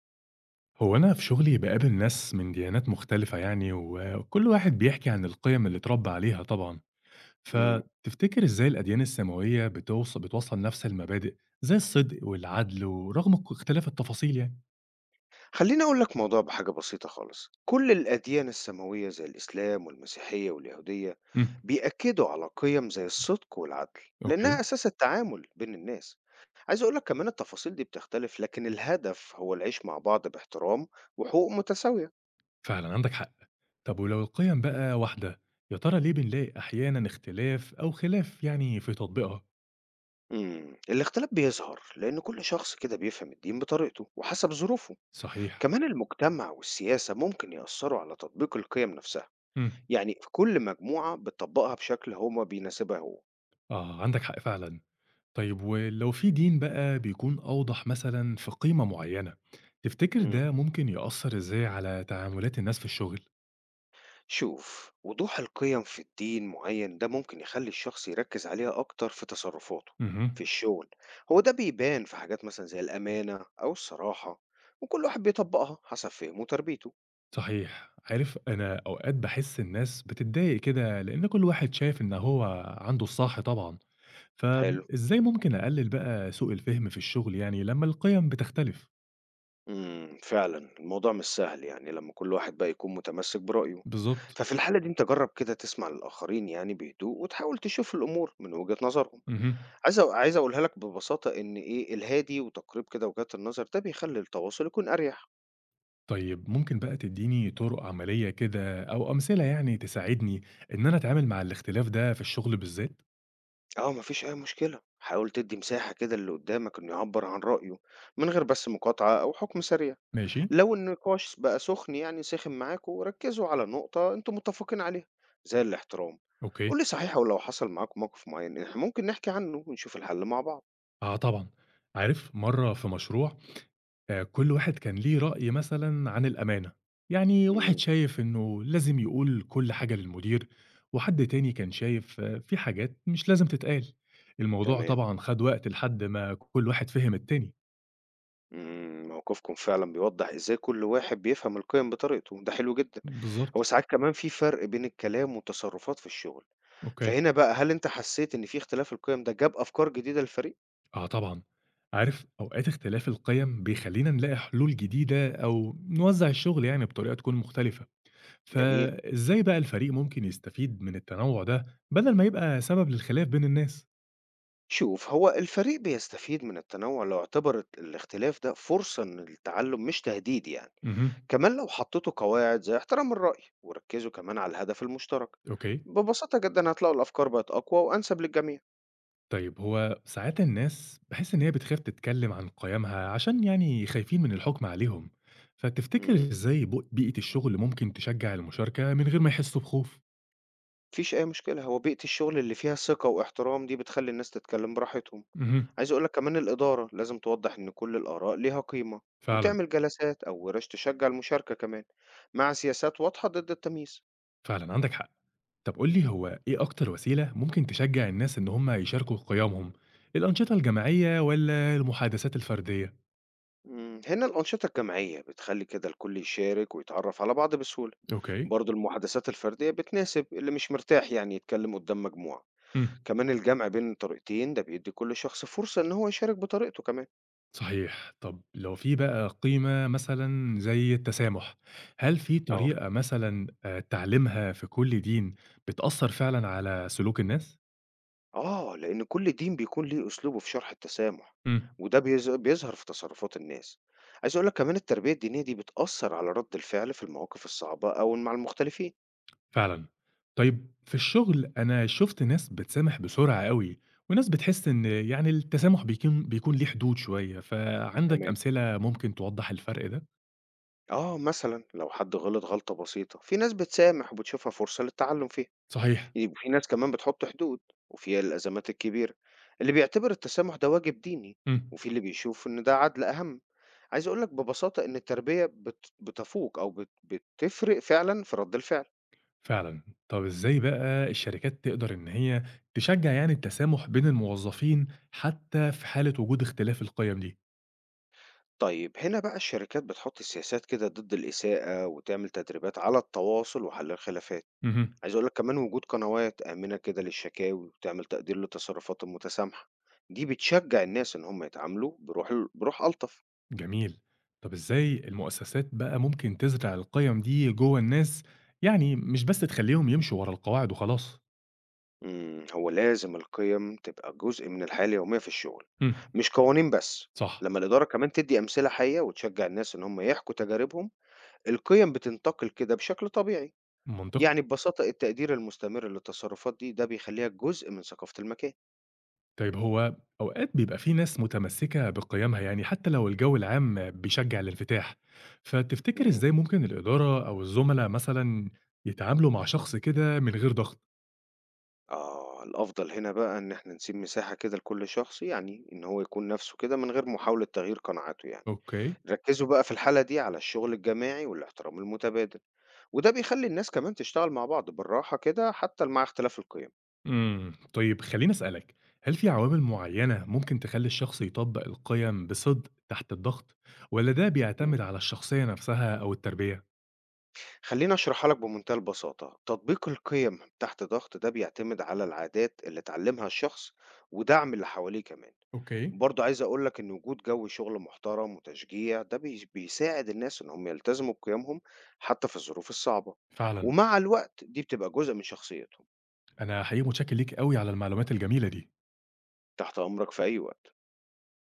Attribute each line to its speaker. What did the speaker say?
Speaker 1: هو أنا في شغلي باقابل ناس من ديانات مختلفة يعني، وكل واحد بيحكي عن القيم اللي اتربى عليها طبعًا،
Speaker 2: إمم.
Speaker 1: فتفتكر إزاي الأديان السماوية بتوصّل نفس المبادئ زي الصدق والعدل ورغم اختلاف التفاصيل يعني؟
Speaker 2: خلّيني أقول لك موضوع بحاجة بسيطة خالص، كل الأديان السماوية زي الإسلام والمسيحية واليهودية
Speaker 1: إمم،
Speaker 2: بيأكدوا على قِيَم زي الصدق والعدل، لأنها
Speaker 1: أوكي،
Speaker 2: أساس التعامل بين الناس. عايز أقول لك كمان التفاصيل دي بتختلف، لكن الهدف هو العيش مع بعض باحترام وحقوق متساوية.
Speaker 1: فعلًا عندك حق. طب ولو القيم بقى واحدة، يا ترى ليه بنلاقي أحيانًا اختلاف أو خلاف يعني في تطبيقها؟
Speaker 2: إمم، الاختلاف بيظهر لأن كل شخص كده بيفهم الدين بطريقته وحسب ظروفه.
Speaker 1: صحيح،
Speaker 2: كمان المجتمع والسياسة ممكن يأثّروا على تطبيق القِيَم نفسها،
Speaker 1: إمم،
Speaker 2: يعني في كل مجموعة بتطبّقها بشكل هو بيناسبها هو.
Speaker 1: آه، عندك حق فعلًا. طيب ولو في دين بقى بيكون أوضح مثلا في قيمة معينة، تفتكر
Speaker 2: مم.
Speaker 1: ده ممكن يأثر إزاي على تعاملات الناس في الشغل؟
Speaker 2: شوف وضوح القيم في الدين معين ده ممكن يخلي الشخص يركز عليها أكتر في تصرفاته في
Speaker 1: اهم،
Speaker 2: الشغل، هو ده بيبان في حاجات مثلا زي الأمانة أو الصراحة، وكل واحد بيطبقها حسب فهمه وتربيته.
Speaker 1: صحيح، عارف أنا أوقات بحس الناس بتتضايق كده لأن كل واحد شايف إن هو عنده الصح طبعا،
Speaker 2: حلو،
Speaker 1: فإزاي ممكن أقلل بقى سوء الفهم في الشغل يعني لما القيم بتختلف؟
Speaker 2: فعلا الموضوع مش سهل يعني لما كل واحد بقى يكون متمسك برأيه.
Speaker 1: بالظبط،
Speaker 2: ففي الحالة دي انت جرب كده تسمع للآخرين يعني بهدوء، وتحاول تشوف الأمور من وجهة نظرهم.
Speaker 1: اهم.
Speaker 2: عايز أقولها لك ببساطة إن إيه الهادي وتقريب كده وجهات النظر ده بيخلي التواصل يكون أريح.
Speaker 1: طيب ممكن بقى تديني طرق عملية كده أو أمثلة يعني تساعدني إن أنا أتعامل مع الاختلاف ده في الشغل بالذات؟
Speaker 2: آه، ما فيش أي مشكلة، حاول تدّي مساحة كده للي قدّامك إنه يعبّر عن رأيه من غير بس مقاطعة أو حكم سريع.
Speaker 1: ماشي؟
Speaker 2: لو النقاش بقى سُخن يعني سِخن معاكم، ركّزوا على نقطة أنتم متفقين عليها، زي الاحترام.
Speaker 1: أوكي.
Speaker 2: قُل لي صحيح، هو لو حصل معاكم موقف معيّن إحنا ممكن نحكي عنه ونشوف الحل مع بعض.
Speaker 1: آه طبعًا. عارف مرّة في مشروع كل واحد كان ليه رأي مثلًا عن الأمانة. يعني
Speaker 2: إمم،
Speaker 1: واحد شايف إنه لازم يقول كل حاجة للمدير، وحد تاني كان شايف آه، في حاجات مش لازم تتقال. الموضوع
Speaker 2: تمام،
Speaker 1: طبعًا خَد وقت لحد ما كل واحد فِهِم التاني.
Speaker 2: إمم، موقفكم فعلًا بيوضّح إزاي كل واحد بيفهم القيم بطريقته، ده حلو جدًا. هو
Speaker 1: بالضبط.
Speaker 2: ساعات كمان في فرق بين الكلام والتصرفات في الشغل،
Speaker 1: أوكي.
Speaker 2: فهنا بقى هل أنت حسّيت إن في اختلاف القيم ده جاب أفكار جديدة للفريق؟
Speaker 1: آه طبعًا. عارف أوقات اختلاف القِيَم بيخلّينا نلاقي حلول جديدة أو نوزّع الشغل يعني بطريقة تكون مختلفة.
Speaker 2: جميل.
Speaker 1: فإزاي بقى الفريق ممكن يستفيد من التنوع ده بدل ما يبقى سبب للخلاف بين الناس؟
Speaker 2: شوف، هو الفريق بيستفيد من التنوع لو اعتبر الاختلاف ده فرصة إن للتعلم مش تهديد يعني.
Speaker 1: مهم.
Speaker 2: كمان لو حطّيتوا قواعد زي احترام الرأي، وركّزوا كمان على الهدف المشترك.
Speaker 1: اوكي.
Speaker 2: ببساطة جدًا هتلاقوا الأفكار بقت أقوى وأنسب للجميع.
Speaker 1: طيب هو ساعات الناس بحس إن هي بتخاف تتكلم عن قيمها عشان يعني خايفين من الحكم عليهم، فتفتكر
Speaker 2: امم.
Speaker 1: إزاي بيئة الشغل ممكن تشجع المشاركة من غير ما يحسوا بخوف؟
Speaker 2: ما فيش أي مشكلة، هو بيئة الشغل اللي فيها ثقة واحترام دي بتخلّي الناس تتكلم براحتهم.
Speaker 1: مهم.
Speaker 2: عايز أقول لك كمان الإدارة لازم توضّح إن كل الآراء ليها قيمة،
Speaker 1: فعلا.
Speaker 2: وتعمل جلسات أو ورش تشجّع المشاركة كمان، مع سياسات واضحة ضد التمييز.
Speaker 1: فعلا عندك حق. طب قول لي هو إيه أكتر وسيلة ممكن تشجع الناس إن هم يشاركوا قيمهم؟ الأنشطة الجماعية ولا المحادثات الفردية؟
Speaker 2: مم، هنا الأنشطة الجماعية بتخلي كده الكل يشارك ويتعرف على بعض بسهولة.
Speaker 1: اوكي.
Speaker 2: برضو المحادثات الفردية بتناسب اللي مش مرتاح يعني يتكلم قدام مجموعة.
Speaker 1: مم.
Speaker 2: كمان الجمع بين الطريقتين ده بيدي كل شخص فرصة إن هو يشارك بطريقته كمان.
Speaker 1: صحيح. طب لو في بقى قيمة مثلًا زي التسامح، هل في
Speaker 2: اه،
Speaker 1: طريقة مثلًا تعليمها في كل دين بتأثّر فعلًا على سلوك الناس؟
Speaker 2: اه، لأن كل دين بيكون ليه أسلوبه في شرح التسامح،
Speaker 1: إمم،
Speaker 2: وده بيظهر في تصرفات الناس. عايز أقولك كمان التربية الدينية دي بتأثر على رد الفعل في المواقف الصعبة أو مع المختلفين.
Speaker 1: فعلًا. طيب في الشغل أنا شُفت ناس بتسامح بسرعة أوي، وناس بتحس إن يعني التسامح بيكون ليه حدود شوية، فعندك
Speaker 2: تمام.
Speaker 1: أمثلة ممكن توضّح الفرق ده؟
Speaker 2: اه مثلا لو حد غلط غلطة بسيطة، في ناس بتسامح وبتشوفها فرصة للتعلم فيها،
Speaker 1: صحيح.
Speaker 2: يبقى في ناس كمان بتحط حدود، وفي الأزمات الكبيرة، اللي بيعتبر التسامح ده واجب ديني،
Speaker 1: إمم.
Speaker 2: وفي اللي بيشوف إن ده عدل أهم. عايز أقول لك ببساطة إن التربية بتفوق أو بتفرق فعلًا في رد الفعل.
Speaker 1: فعلًا. طَب إزاي بقى الشركات تقدر إن هي تشجّع يعني التسامح بين الموظفين حتى في حالة وجود اختلاف القِيَم دي؟
Speaker 2: طيب هنا بقى الشركات بتحط سياسات كده ضد الإساءة، وتعمل تدريبات على التواصل وحل الخلافات.
Speaker 1: اهم،
Speaker 2: عايز أقول لك كمان وجود قنوات آمنة كده للشكاوي، وتعمل تقدير للتصرفات المتسامحة، دي بتشجع الناس إن هم يتعاملوا بروح بروح ألطف.
Speaker 1: جميل. طَب إزاي المؤسسات بقى ممكن تزرع القِيَم دي جوّه الناس، يعني مش بس تخلّيهم يمشوا ورا القواعد وخلاص؟
Speaker 2: إمم، هو لازم القيم تبقى جزء من الحياة اليومية في الشغل،
Speaker 1: إمم.
Speaker 2: مش قوانين بس.
Speaker 1: صح،
Speaker 2: لمّا الإدارة كمان تدّي أمثلة حية وتشجّع الناس إن هم يحكوا تجاربهم، القيم بتنتقل كده بشكل طبيعي.
Speaker 1: منطقي.
Speaker 2: يعني ببساطة التقدير المستمر للتصرفات دي، ده بيخلّيها جزء من ثقافة المكان.
Speaker 1: طيب هو أوقات بيبقى في ناس متمسكة بقيمها يعني حتى لو الجو العام بيشجع الانفتاح، فتفتكر
Speaker 2: إمم،
Speaker 1: إزاي ممكن الإدارة أو الزملاء مثلا يتعاملوا مع شخص كده من غير ضغط؟
Speaker 2: آه، الأفضل هنا بقى إن إحنا نسيب مساحة كده لكل شخص يعني إن هو يكون نَفْسه كده من غير محاولة تغيير قناعاته يعني.
Speaker 1: أوكي.
Speaker 2: ركّزوا بقى في الحالة دي على الشغل الجماعي والاحترام المتبادل. وده بيخلي الناس كمان تشتغل مع بعض بالراحة كده حتى مع اختلاف القيم.
Speaker 1: طيب خليني أسألك، هل في عوامل معينة ممكن تخلي الشخص يطبق القيم بصدق تحت الضغط ولا ده
Speaker 2: مم.
Speaker 1: بيعتمد على الشخصية نفسها أو التربية؟
Speaker 2: خليني أشرحها لك بمنتهى البساطة، تطبيق القيم تحت ضغط ده بيعتمد على العادات اللي اتعلمها الشخص ودعم اللي حواليه كمان.
Speaker 1: أوكي.
Speaker 2: برضه عايز أقول لك إن وجود جو شغل محترم وتشجيع ده بيساعد الناس إن هم يلتزموا بقيمهم حتى في الظروف الصعبة،
Speaker 1: فعلا.
Speaker 2: ومع الوقت دي بتبقى جزء من شخصيتهم.
Speaker 1: أنا حقيقي متشكر ليك قوي على المعلومات الجميلة دي
Speaker 2: تحت أمرك في أي وقت.